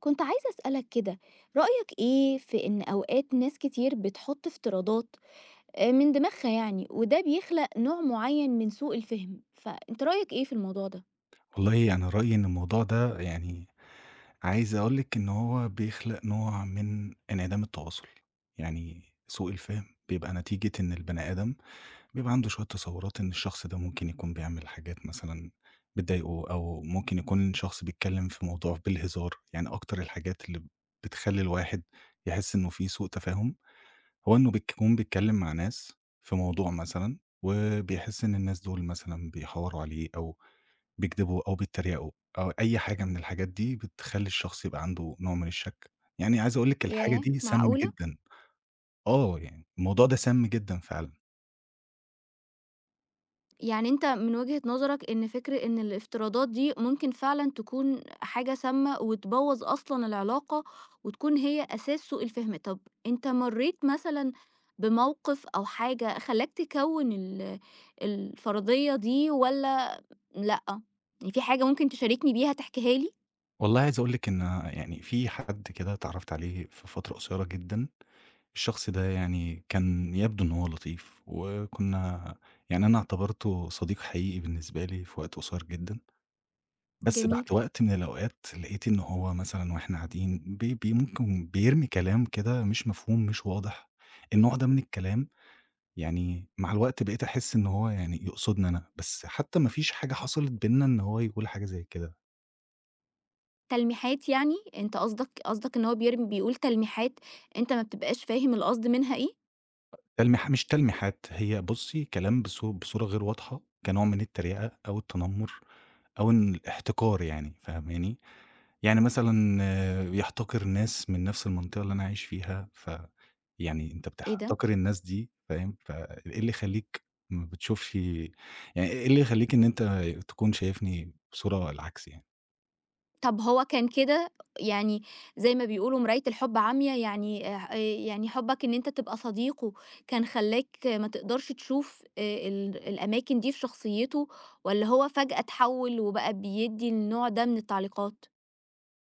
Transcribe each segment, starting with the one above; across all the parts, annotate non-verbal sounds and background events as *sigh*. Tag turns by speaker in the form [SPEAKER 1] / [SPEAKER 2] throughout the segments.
[SPEAKER 1] كنت عايزة أسألك كده، رأيك إيه في إن أوقات ناس كتير بتحط افتراضات من دماغها؟ يعني وده بيخلق نوع معين من سوء الفهم، فأنت رأيك إيه في الموضوع ده؟
[SPEAKER 2] والله أنا رأيي إن الموضوع ده يعني عايز أقول لِك إن هو بيخلق نوع من انعدام التواصل، يعني سوء الفهم بيبقى نتيجة إن البني آدم بيبقى عنده شوية تصورات إن الشخص ده ممكن يكون بيعمل حاجات مثلًا بتضايقه، أو ممكن يكون شخص بيتكلم في موضوع بالهزار، يعني أكتر الحاجات اللي بتخلّي الواحد يحس إنه في سوء تفاهم، هو إنه بيكون بيتكلم مع ناس في موضوع مثلًا، وبيحس إن الناس دول مثلًا بيحاوروا عليه أو بيكدبوا أو بيتريقوا أو أي حاجة من الحاجات دي بتخلّي الشخص يبقى عنده نوع من الشك. يعني عايز أقول لِك الحاجة
[SPEAKER 1] ياه،
[SPEAKER 2] دي سامة
[SPEAKER 1] معقولة؟
[SPEAKER 2] جدًا. آه، يعني الموضوع ده سام جدًا فعلًا.
[SPEAKER 1] يعني أنت من وجهة نظرك إن فكرة إن الافتراضات دي ممكن فعلًا تكون حاجة سامة وتبوّظ أصلًا العلاقة، وتكون هي أساس سوء الفهم. طب أنت مرّيت مثلًا بموقف أو حاجة خلّاك تكوّن الفرضية دي والّا لأ؟ يعني في حاجة ممكن تشاركني بيها تحكيها لي؟
[SPEAKER 2] والله عايز أقول لِك إن يعني في حد كده اتعرّفت عليه في فترة قصيرة جدًا، الشخص ده يعني كان يبدو إن هو لطيف وكُنّا يعني أنا اعتبرته صديق حقيقي بالنسبة لي في وقت قصير جدًا. بس بعد
[SPEAKER 1] جميل.
[SPEAKER 2] وقت من الأوقات لقيت إن هو مثلًا وإحنا قاعدين بي بي ممكن بيرمي كلام كده مش مفهوم، مش واضح. النوع ده من الكلام يعني مع الوقت بقيت أحس إن هو يعني يقصدني أنا، بس حتى ما فيش حاجة حصلت بيننا إن هو يقول حاجة زي كده.
[SPEAKER 1] تلميحات يعني؟ أنت قصدك إن هو بيرم بيقول تلميحات أنت ما بتبقاش فاهم القصد منها إيه؟
[SPEAKER 2] تلميح مش تلميحات، هي بُصّي كلام بصورة غير واضحة كنوع من التريقة أو التنمر أو إن الاحتقار يعني، فاهماني؟ يعني مثلًا يحتقر ناس من نفس المنطقة اللي أنا عايش فيها، يعني أنت
[SPEAKER 1] إيه ده؟!
[SPEAKER 2] بتحتقر الناس دي فاهم، فإيه اللي يخلّيك ما بتشوفش يعني إيه اللي يخلّيك إن أنت تكون شايفني بصورة العكس يعني؟
[SPEAKER 1] طب هو كان كده، يعني زي ما بيقولوا مراية الحب عميا؟ يعني يعني حبك إن أنت تبقى صديقه كان خلاك ما تقدرش تشوف، الأماكن دي في شخصيته، ولا هو فجأة اتحول وبقى بيدي النوع ده من التعليقات؟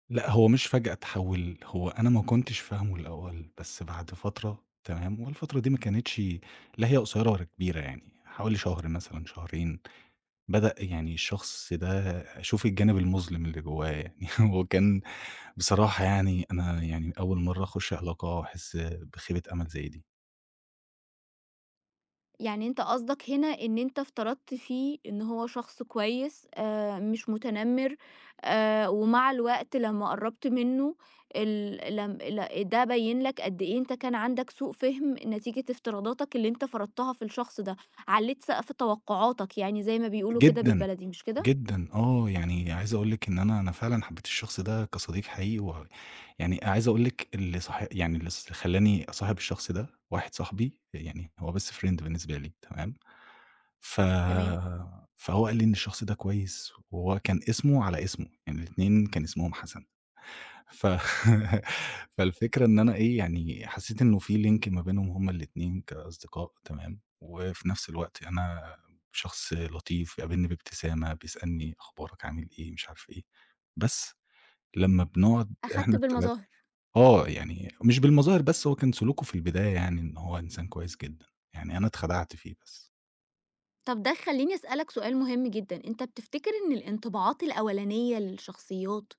[SPEAKER 2] لأ، هو مش فجأة اتحول، هو أنا ما كنتش فاهمه الأول، بس بعد فترة تمام، والفترة دي ما كانتش لا هي قصيرة ولا كبيرة يعني، حوالي شهر مثلًا، شهرين. بدأ يعني الشخص ده أشوف الجانب المظلم اللي جواه يعني *laughs* هو كان بصراحة يعني أنا يعني أول مرّة أخُش علاقة وأحس بخيبة أمل زي دي.
[SPEAKER 1] يعني أنت قصدك هنا إن أنت افترضت فيه إن هو شخص كويس، مش متنمر، ومع الوقت لما قربت منه ال... لم... ل- ده بين لك قد إيه أنت كان عندك سوء فهم نتيجة افتراضاتك اللي أنت فرضتها في الشخص ده، عليت سقف توقعاتك، يعني زي ما بيقولوا كده
[SPEAKER 2] جدًا،
[SPEAKER 1] بالبلدي، مش كده؟
[SPEAKER 2] جدًا آه، يعني عايز أقول لِك إن أنا فعلًا حبّيت الشخص ده كصديق حقيقي و يعني عايز أقول لِك اللي صاح يعني اللي ص خلّاني أصاحب الشخص ده واحد صاحبي، يعني هو best friend بالنسبة لي تمام، ف
[SPEAKER 1] تمام.
[SPEAKER 2] فهو قال لي إن الشخص ده كويس وهو كان اسمه على اسمه، يعني الاتنين كان اسمهم حسن. ف *laughs* فالفكرة إن أنا إيه، يعني حسّيت إنه في link ما بينهم هُم الاتنين كأصدقاء تمام، وفي نفس الوقت أنا شخص لطيف، بيقابلني بابتسامة، بيسألني أخبارك عامل إيه، مش عارف إيه. بس لمّا بنقعد
[SPEAKER 1] أخدت
[SPEAKER 2] إحنا الثلاثة
[SPEAKER 1] بالمظاهر.
[SPEAKER 2] آه، يعني مش بالمظاهر بس هو كان سلوكه في البداية يعني إن هو إنسان كويس جدًا، يعني أنا اتخدعت فيه بس.
[SPEAKER 1] طب ده خليني أسألك سؤال مهم جدا، أنت بتفتكر إن الانطباعات الأولانية للشخصيات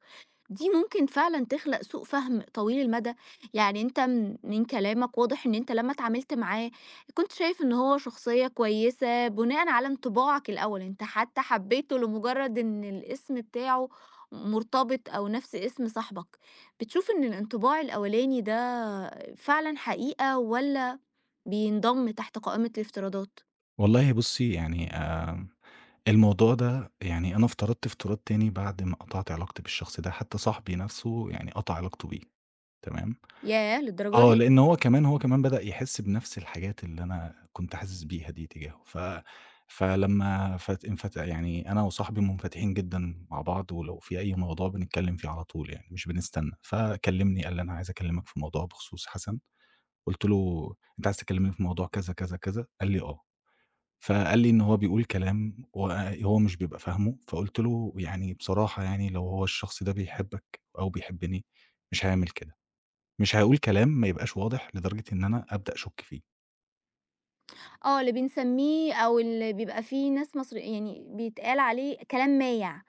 [SPEAKER 1] دي ممكن فعلًا تخلق سوء فهم طويل المدى؟ يعني أنت من كلامك واضح إن أنت لمّا اتعاملت معاه كنت شايف إن هو شخصية كويسة بناءً على انطباعك الأول، أنت حتى حبيته لمجرد إن الاسم بتاعه مرتبط أو نفس اسم صاحبك، بتشوف إن الانطباع الأولاني ده فعلًا حقيقة والّا بينضم تحت قائمة الافتراضات؟
[SPEAKER 2] والله بُصّي يعني الموضوع ده يعني أنا افترضت افتراض تاني بعد ما قطعت علاقتي بالشخص ده، حتى صاحبي نفسه يعني قطع علاقته بيه، تمام؟
[SPEAKER 1] ياه، للدرجة
[SPEAKER 2] آه،
[SPEAKER 1] دي؟!
[SPEAKER 2] لإن هو كمان بدأ يحس بنفس الحاجات اللي أنا كنت حاسس بيها دي تجاهه، ف فلمّا فت انفت يعني أنا وصاحبي منفتحين جدًا مع بعض، ولو في أي موضوع بنتكلم فيه على طول يعني مش بنستنى، فكلمني قال لي: "أنا عايز أكلمك في موضوع بخصوص حسن." قُلت له: "أنت عايز تكلمني في موضوع كذا، كذا، كذا؟" قال لي: "آه." فقال لي إن هو بيقول كلام وهو مش بيبقى فاهمه، فقُلت له: "يعني بصراحة يعني لو هو الشخص ده بيحبك أو بيحبني مش هيعمل كده، مش هيقول كلام ما يبقاش واضح لدرجة إن أنا أبدأ أشُك فيه."
[SPEAKER 1] اللي بنسمّيه أو اللي بيبقى فيه ناس مصر يعني بيتقال عليه كلام مايع.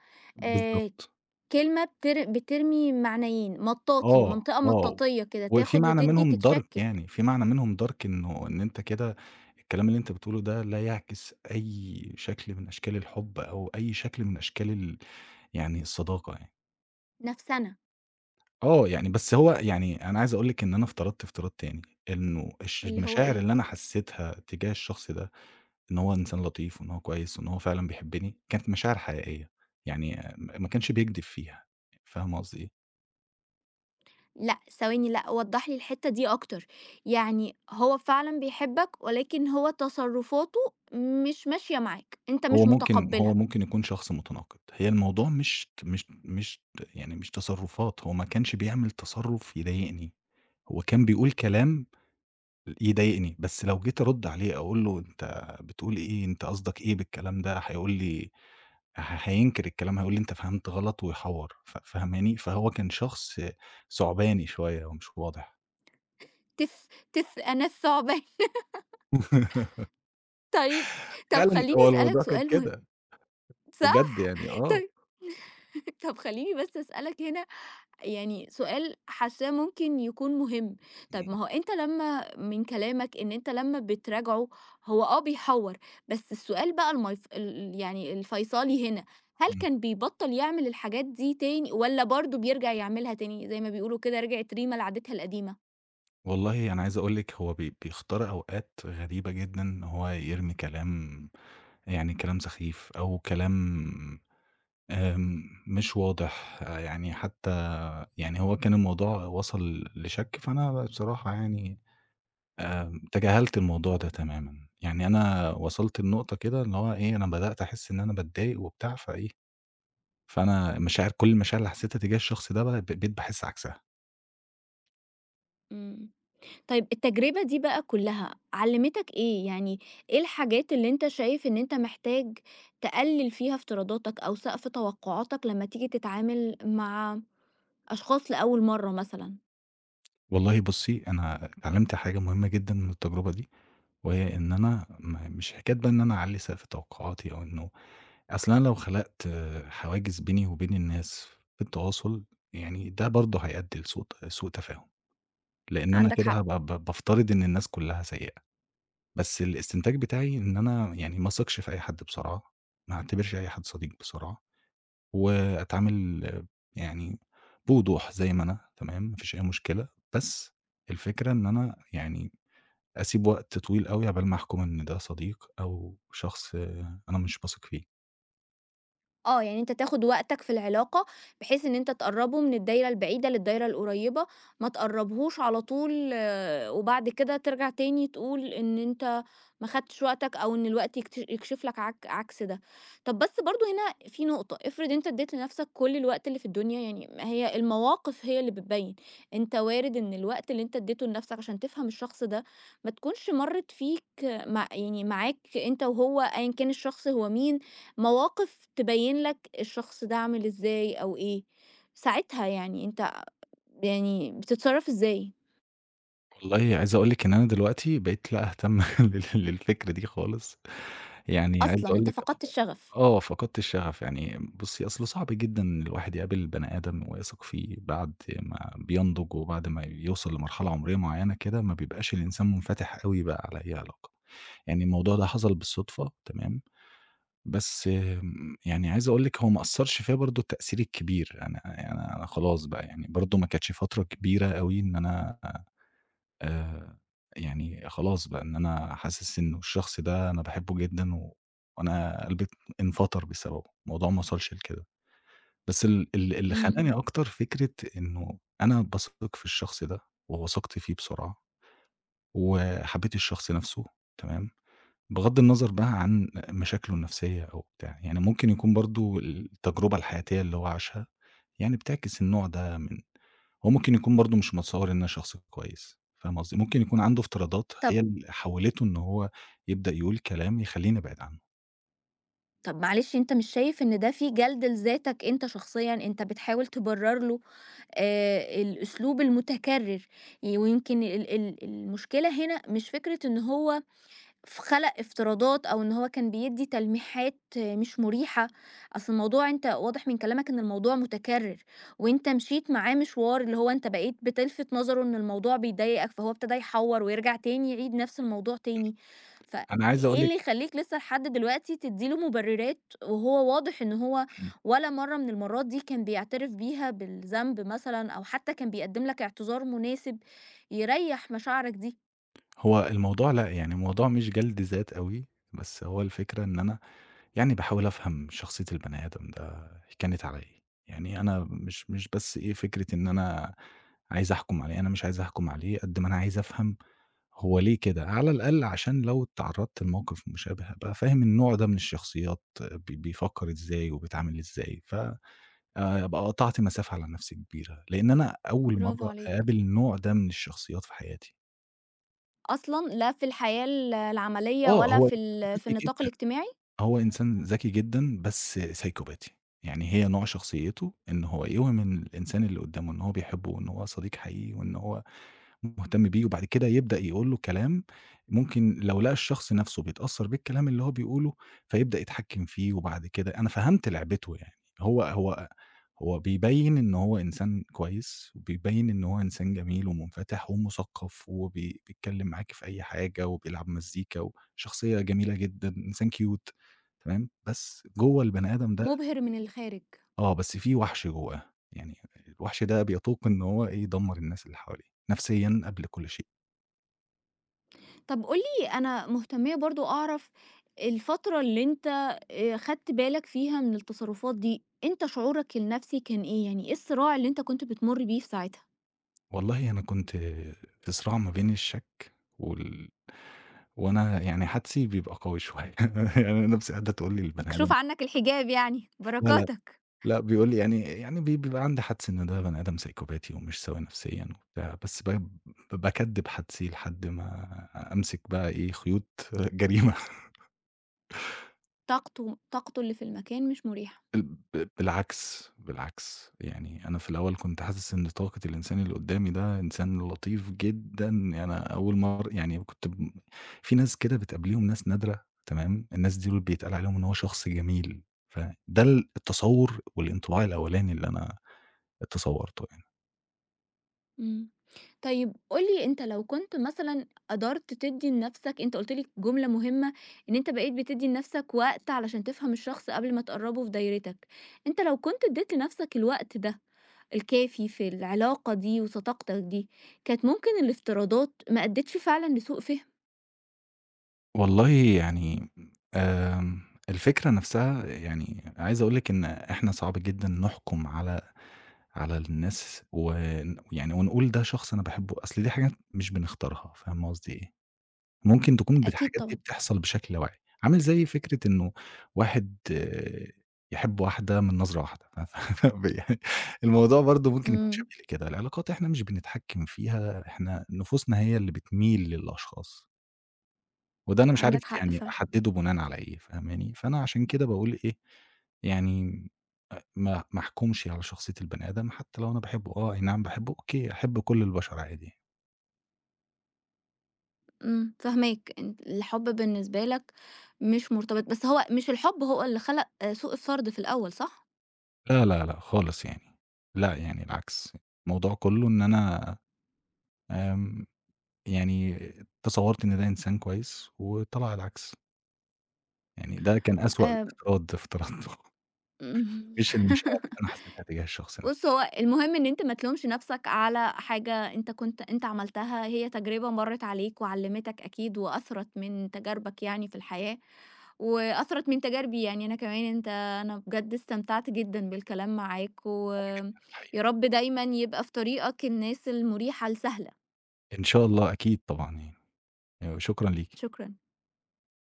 [SPEAKER 1] آآ
[SPEAKER 2] بالضبط.
[SPEAKER 1] كلمة بتر بترمي معنيين، مطاطي،
[SPEAKER 2] آه،
[SPEAKER 1] منطقة
[SPEAKER 2] آه.
[SPEAKER 1] مطاطية كده،
[SPEAKER 2] وفي
[SPEAKER 1] تاخد
[SPEAKER 2] معنى
[SPEAKER 1] وتدّي،
[SPEAKER 2] منهم dark
[SPEAKER 1] تتشكِّل،
[SPEAKER 2] يعني، في معنى منهم dark إنه إن أنت كده الكلام اللي أنت بتقوله ده لا يعكس أي شكل من أشكال الحُب أو أي شكل من أشكال يعني الصداقة يعني.
[SPEAKER 1] نفسَنة،
[SPEAKER 2] آه، يعني بس هو يعني أنا عايز أقول لِك إن أنا افترضت افتراض تاني، إنه
[SPEAKER 1] اللي هو
[SPEAKER 2] المشاعر
[SPEAKER 1] إيه،
[SPEAKER 2] اللي أنا حسيتها تجاه الشخص ده، إن هو إنسان لطيف وإن هو كويس وإن هو فعلًا بيحبني، كانت مشاعر حقيقية، يعني ما كانش بيكدب فيها، فاهمة قصدي إيه؟
[SPEAKER 1] لأ، ثواني، لأ، وضّح لي الحتّة دي أكتر. يعني هو فعلًا بيحبك، ولكن هو تصرُّفاته مش ماشية معاك، أنت
[SPEAKER 2] هو
[SPEAKER 1] مش
[SPEAKER 2] ممكن هو
[SPEAKER 1] متقبّلها؟
[SPEAKER 2] ممكن يكون شخص متناقض، هي الموضوع مش ت مش مش ت يعني مش تصرفات، هو ما كانش بيعمل تصرف يضايقني، هو كان بيقول كلام يضايقني، بس لو جيت أرد عليه أقول له أنت بتقول إيه، أنت قصدك إيه بالكلام ده؟ هيقول لي ه هينكر الكلام، هيقول لي: "أنت فهمت غلط." ويحوّر، فاهماني؟ فهو كان شخص ثعباني شوية هو مش واضح.
[SPEAKER 1] تث تث أنا الثعبان. *laughs*
[SPEAKER 2] *laughs*
[SPEAKER 1] طيب، طب
[SPEAKER 2] فعلًا
[SPEAKER 1] خلّيني
[SPEAKER 2] هو
[SPEAKER 1] أسألك
[SPEAKER 2] الموضوع كان
[SPEAKER 1] سؤال مهم،
[SPEAKER 2] كده، بجد
[SPEAKER 1] صح؟
[SPEAKER 2] يعني آه.
[SPEAKER 1] طي *laughs* طب خلّيني بس أسألك هنا يعني سؤال حاسّاه ممكن يكون مهم. طب ما
[SPEAKER 2] إمم،
[SPEAKER 1] هو أنت لمّا من كلامك إن أنت لمّا بتراجعه هو بيحوّر، بس السؤال بقى الميف ال يعني الفيصلي هنا، هل
[SPEAKER 2] إمم.
[SPEAKER 1] كان بيبطّل يعمل الحاجات دي تاني والّا برضه بيرجع يعملها تاني، زي ما بيقولوا كده رجعت ريما لعادتها القديمة؟
[SPEAKER 2] والله أنا عايز أقول لِك هو بيختار أوقات غريبة جدًا إن هو يرمي كلام يعني كلام سخيف أو كلام مش واضح، يعني حتى يعني هو كان الموضوع وصل لشَك، فأنا بصراحة يعني تجاهلت الموضوع ده تمامًا، يعني أنا وصلت لنقطة كده اللي هو إيه، أنا بدأت أحس إن أنا باتضايق وبتاع فإيه، فأنا مشاعر كل المشاعر اللي حسيتها تجاه الشخص ده بقى بقيت باحس عكسها.
[SPEAKER 1] إمم. طيب التجربة دي بقى كلّها علّمتك إيه؟ يعني إيه الحاجات اللي أنت شايف إن أنت محتاج تقلّل فيها افتراضاتك أو سقف توقعاتك لمّا تيجي تتعامل مع أشخاص لأول مرّة مثلًا؟
[SPEAKER 2] والله بُصّي، أنا اتعلمت حاجة مهمة جدًا من التجربة دي، وهي إن أنا مش حكاية بقى إن أنا أعلّي سقف توقعاتي أو إنه أصل أنا لو خلقت حواجز بيني وبين الناس في التواصل، يعني ده برضه هيؤدي لسوء سوء تفاهم، لإن أنا
[SPEAKER 1] عندك
[SPEAKER 2] كده
[SPEAKER 1] حق.
[SPEAKER 2] هابقى بافترض إن الناس كلها سيئة. بس الاستنتاج بتاعي إن أنا يعني ما اثقش في أي حد بسرعة، ما اعتبرش أي حد صديق بسرعة، وأتعامل يعني بوضوح زي ما أنا تمام، ما فيش أي مشكلة، بس الفكرة إن أنا يعني أسيب وقت طويل أوي عقبال ما أحكم إن ده صديق أو شخص أنا مش باثق فيه.
[SPEAKER 1] يعني أنت تاخد وقتك في العلاقة، بحيث إن أنت تقرّبه من الدايرة البعيدة للدايرة القريبة، ما تقرّبهوش على طول، وبعد كده ترجع تاني تقول إن أنت ما خدتش وقتك، أو إن الوقت يكشف لك عكس ده. طب بس برضه هنا في نقطة، افرض أنت ادّيت لنفسك كل الوقت اللي في الدنيا، يعني ما هي المواقف هي اللي بتبيّن، أنت وارد إن الوقت اللي أنت ادّيته لنفسك عشان تفهم الشخص ده، ما تكونش مرّت فيك مع يعني معاك أنت وهو أيًا كان الشخص هو مين، مواقف تبين لك الشخص ده عامل إزاي أو إيه، ساعتها يعني أنت يعني بتتصرّف إزاي؟
[SPEAKER 2] والله عايز أقول لِك إن أنا دلوقتي بقيت لا أهتم *laughs* للفكرة دي خالص، يعني عايز
[SPEAKER 1] أصلًا
[SPEAKER 2] أقول
[SPEAKER 1] أنت
[SPEAKER 2] لِك
[SPEAKER 1] فقدت الشغف.
[SPEAKER 2] فقدت الشغف، يعني بُصّي، أصل صعب جدًا إن الواحد يقابل بني آدم ويثق فيه بعد ما بينضج وبعد ما يوصل لمرحلة عمرية معيّنة كده، ما بيبقاش الإنسان منفتح أوي بقى على أي علاقة. يعني الموضوع ده حصل بالصدفة تمام، بس يعني عايز أقول لِك هو ما أثّرش فيّا برضه التأثير الكبير، أنا خلاص بقى يعني برضه ما كانتش فترة كبيرة أوي إن أنا آآ يعني خلاص بقى إن أنا حاسس إنه الشخص ده أنا باحبه جدًا و وأنا قلبي انفطر بسببه، الموضوع ما وصلش لكده. بس ال ال اللي
[SPEAKER 1] إمم.
[SPEAKER 2] خنقني أكتر فكرة إنه أنا باثق في الشخص ده ووثقت فيه بسرعة وحبيت الشخص نَفْسه تمام، بغض النظر بقى عن مشاكله النفسية أو بتاع، يعني ممكن يكون برضه التجربة الحياتية اللي هو عاشها يعني بتعكس النوع ده من هو ممكن يكون برضه مش متصوّر إن أنا شخص كويس، فاهم قصدي؟ ممكن يكون عنده افتراضات هي
[SPEAKER 1] طب
[SPEAKER 2] اللي حوّلته إن هو يبدأ يقول كلام يخلّيني أبعد عنه.
[SPEAKER 1] طب معلش، أنت مش شايف إن ده فيه جَلْد لذاتك أنت شخصيًا؟ أنت بتحاول تبرّر له الأسلوب المتكرر، ويمكن ال ال المشكلة هنا مش فكرة إن هو فخلق افتراضات أو إن هو كان بيدّي تلميحات مش مريحة، أصل الموضوع أنت واضح من كلامك إن الموضوع متكرر، وأنت مشيت معاه مشوار اللي هو أنت بقيت بتلفت نظره إن الموضوع بيضايقك، فهو ابتدى يحوّر ويرجع تاني يعيد نفس الموضوع تاني،
[SPEAKER 2] أنا عايز أقول
[SPEAKER 1] فإيه
[SPEAKER 2] لِك
[SPEAKER 1] اللي يخلّيك لسه لحد دلوقتي تدّي له مبررات وهو واضح إن هو
[SPEAKER 2] إمم،
[SPEAKER 1] ولا مرّة من المرّات دي كان بيعترف بيها بالذنب مثلًا، أو حتى كان بيقدّم لك اعتذار مناسب يريّح مشاعرك دي؟
[SPEAKER 2] هو الموضوع لأ، يعني الموضوع مش جَلْد ذات أوي، بس هو الفكرة إن أنا يعني باحاول أفهم شخصية البني آدم ده كانت على إيه، يعني أنا مش بس إيه، فكرة إن أنا عايز أحكُم عليه، أنا مش عايز أحكُم عليه قد ما أنا عايز أفهم هو ليه كده؟ على الأقل عشان لو اتعرّضت لموقف مشابه أبقى فاهم النوع ده من الشخصيات بيفكّر إزاي وبيتعامل إزاي، ف أبقى قطعت مسافة على نَفْسي كبيرة، لإن أنا أول
[SPEAKER 1] برافو
[SPEAKER 2] مرّة
[SPEAKER 1] عليك.
[SPEAKER 2] أقابل النوع ده من الشخصيات في حياتي.
[SPEAKER 1] أصلًا لا في الحياة العملية
[SPEAKER 2] آه،
[SPEAKER 1] ولا
[SPEAKER 2] هو
[SPEAKER 1] في
[SPEAKER 2] إنسان
[SPEAKER 1] في
[SPEAKER 2] ذكي
[SPEAKER 1] النطاق
[SPEAKER 2] جدًا،
[SPEAKER 1] الاجتماعي؟
[SPEAKER 2] هو إنسان ذكي جدًا بس سايكوباتي، يعني هي نوع شخصيته إن هو يوهم الإنسان اللي قُدّامه إن هو بيحبه وإن هو صديق حقيقي وإن هو مهتم بيه، وبعد كده يبدأ يقول له كلام ممكن لو لقى الشخص نَفْسه بيتأثّر بالكلام اللي هو بيقوله، فيبدأ يتحكّم فيه، وبعد كده أنا فهمت لعبته يعني، هو هو هو بيبيّن إن هو إنسان كويس، وبيبيّن إن هو إنسان جميل ومُنفتح ومُثقّف بيتكلّم معاك في أي حاجة وبيلعب مزيكا، وشخصية جميلة جدًا، إنسان cute تمام، بس جوّه البني آدم ده
[SPEAKER 1] مُبهِر من الخارج.
[SPEAKER 2] آه، بس في وَحْش جوّاه، يعني الوَحْش ده بيتوق إن هو إيه، يدمّر الناس اللي حواليه، نفسيًا قبل كل شيء.
[SPEAKER 1] طب قُل لي، أنا مهتمية برضه أعرف الفترة اللي أنت خدت بالك فيها من التصرفات دي، أنت شعورك النفسي كان إيه؟ يعني إيه الصراع اللي أنت كنت بتمُر بيه في ساعتها؟
[SPEAKER 2] والله أنا كنت في صراع ما بين الشَك وال وأنا يعني حدسي بيبقى قوي شوية، *laughs* يعني انا نَفْسي قاعدة تقول لي البني
[SPEAKER 1] مكشوف
[SPEAKER 2] آدم
[SPEAKER 1] عنك الحجاب يعني،
[SPEAKER 2] لا، لا،
[SPEAKER 1] بركاتك.
[SPEAKER 2] لأ بيقول لي يعني بيبقى عندي حدس إن ده بني آدم سايكوباتي ومش سوي نفسيًا وبتاع، بس باكدِّب حدسي لحد ما أمسك بقى إيه، خيوط *laughs* جريمة.
[SPEAKER 1] طاقته اللي في المكان مش مُريحة.
[SPEAKER 2] ال ب بالعكس، بالعكس، يعني أنا في الأول كنت حاسس إن طاقة الإنسان اللي قدّامي ده إنسان لطيف جدًا، يعني أنا أول مر يعني كنت في ناس كده بتقابليهم ناس نادرة تمام، الناس دول بيتقال عليهم إن هو شخص جميل، فده التصوُّر والانطباع الأولاني اللي أنا اتصوّرته يعني.
[SPEAKER 1] إمم. طيب قُل لي، أنت لو كنت مثلًا قدرت تدّي لنَفْسك، أنت قُلت لي جملة مهمة، إن أنت بقيت بتدّي لنَفْسك وقت علشان تفهم الشخص قبل ما تقرّبه في دايرتك. أنت لو كنت ادّيت لنَفْسك الوقت ده الكافي في العلاقة دي وصداقتك دي، كانت ممكن الافتراضات ما أدّتش فعلًا لسوء فِهم؟
[SPEAKER 2] والله يعني آمم، الفكرة نفسها يعني عايز أقول لِك إن إحنا صعب جدًا نحكم على الناس يعني ونقول ده شخص أنا باحبه، أصل دي حاجات مش بنختارها، فاهمة قصدي إيه؟ ممكن تكون
[SPEAKER 1] أكيد
[SPEAKER 2] الحاجات دي
[SPEAKER 1] طبعًا.
[SPEAKER 2] بتحصل بشكل لا واعي، عامل زي فكرة إنه واحد آه، يحب واحدة من نظرة واحدة، *laughs* ف ف يعني الموضوع برضه ممكن يكون
[SPEAKER 1] إمم.
[SPEAKER 2] شكل كده، العلاقات إحنا مش بنتحكم فيها، إحنا نفوسنا هي اللي بتميل للأشخاص. وده أنا مش
[SPEAKER 1] عندك
[SPEAKER 2] عارف
[SPEAKER 1] حق
[SPEAKER 2] يعني
[SPEAKER 1] فعلًا.
[SPEAKER 2] أحدّده بناءً على إيه، فاهماني؟ فأنا عشان كده باقول إيه، يعني ما أحكمش على شخصية البني آدم حتى لو أنا باحبه، آه، أي نعم باحبه، أوكي، أحب كل البشر عادي.
[SPEAKER 1] إمم. فاهماك. أنت الحُب بالنسبة لك مش مرتبط، بس هو مش الحُب هو اللي خلق، سوء الطَرد في الأول، صح؟
[SPEAKER 2] لا، لا، لأ خالص يعني، لأ يعني العكس، الموضوع كلّه إن أنا آمم، يعني تصوّرت إن ده إنسان كويس وطلع العكس، يعني ده كان أسوأ
[SPEAKER 1] آآ
[SPEAKER 2] افتراض افترضته،
[SPEAKER 1] إمم.
[SPEAKER 2] *laughs* مش المشاعر اللي أنا
[SPEAKER 1] *laughs*
[SPEAKER 2] حسيتها تجاه الشخص نفسه
[SPEAKER 1] بُص، هو المهم إن أنت ما تلومش نَفْسك على حاجة أنت كنت أنت عملتها، هي تجربة مرّت عليك وعلّمتك أكيد، وأثرت من تجاربك يعني في الحياة، وأثرت من تجاربي يعني أنا كمان. أنت، أنا بجد استمتعت جدًا بالكلام معاك، ويا
[SPEAKER 2] الحقيقة.
[SPEAKER 1] رب دايمًا يبقى في طريقك الناس المُريحة السهلة.
[SPEAKER 2] إن شاء الله أكيد طبعًا يعني، وشكرًا ليكِ.
[SPEAKER 1] شكرًا.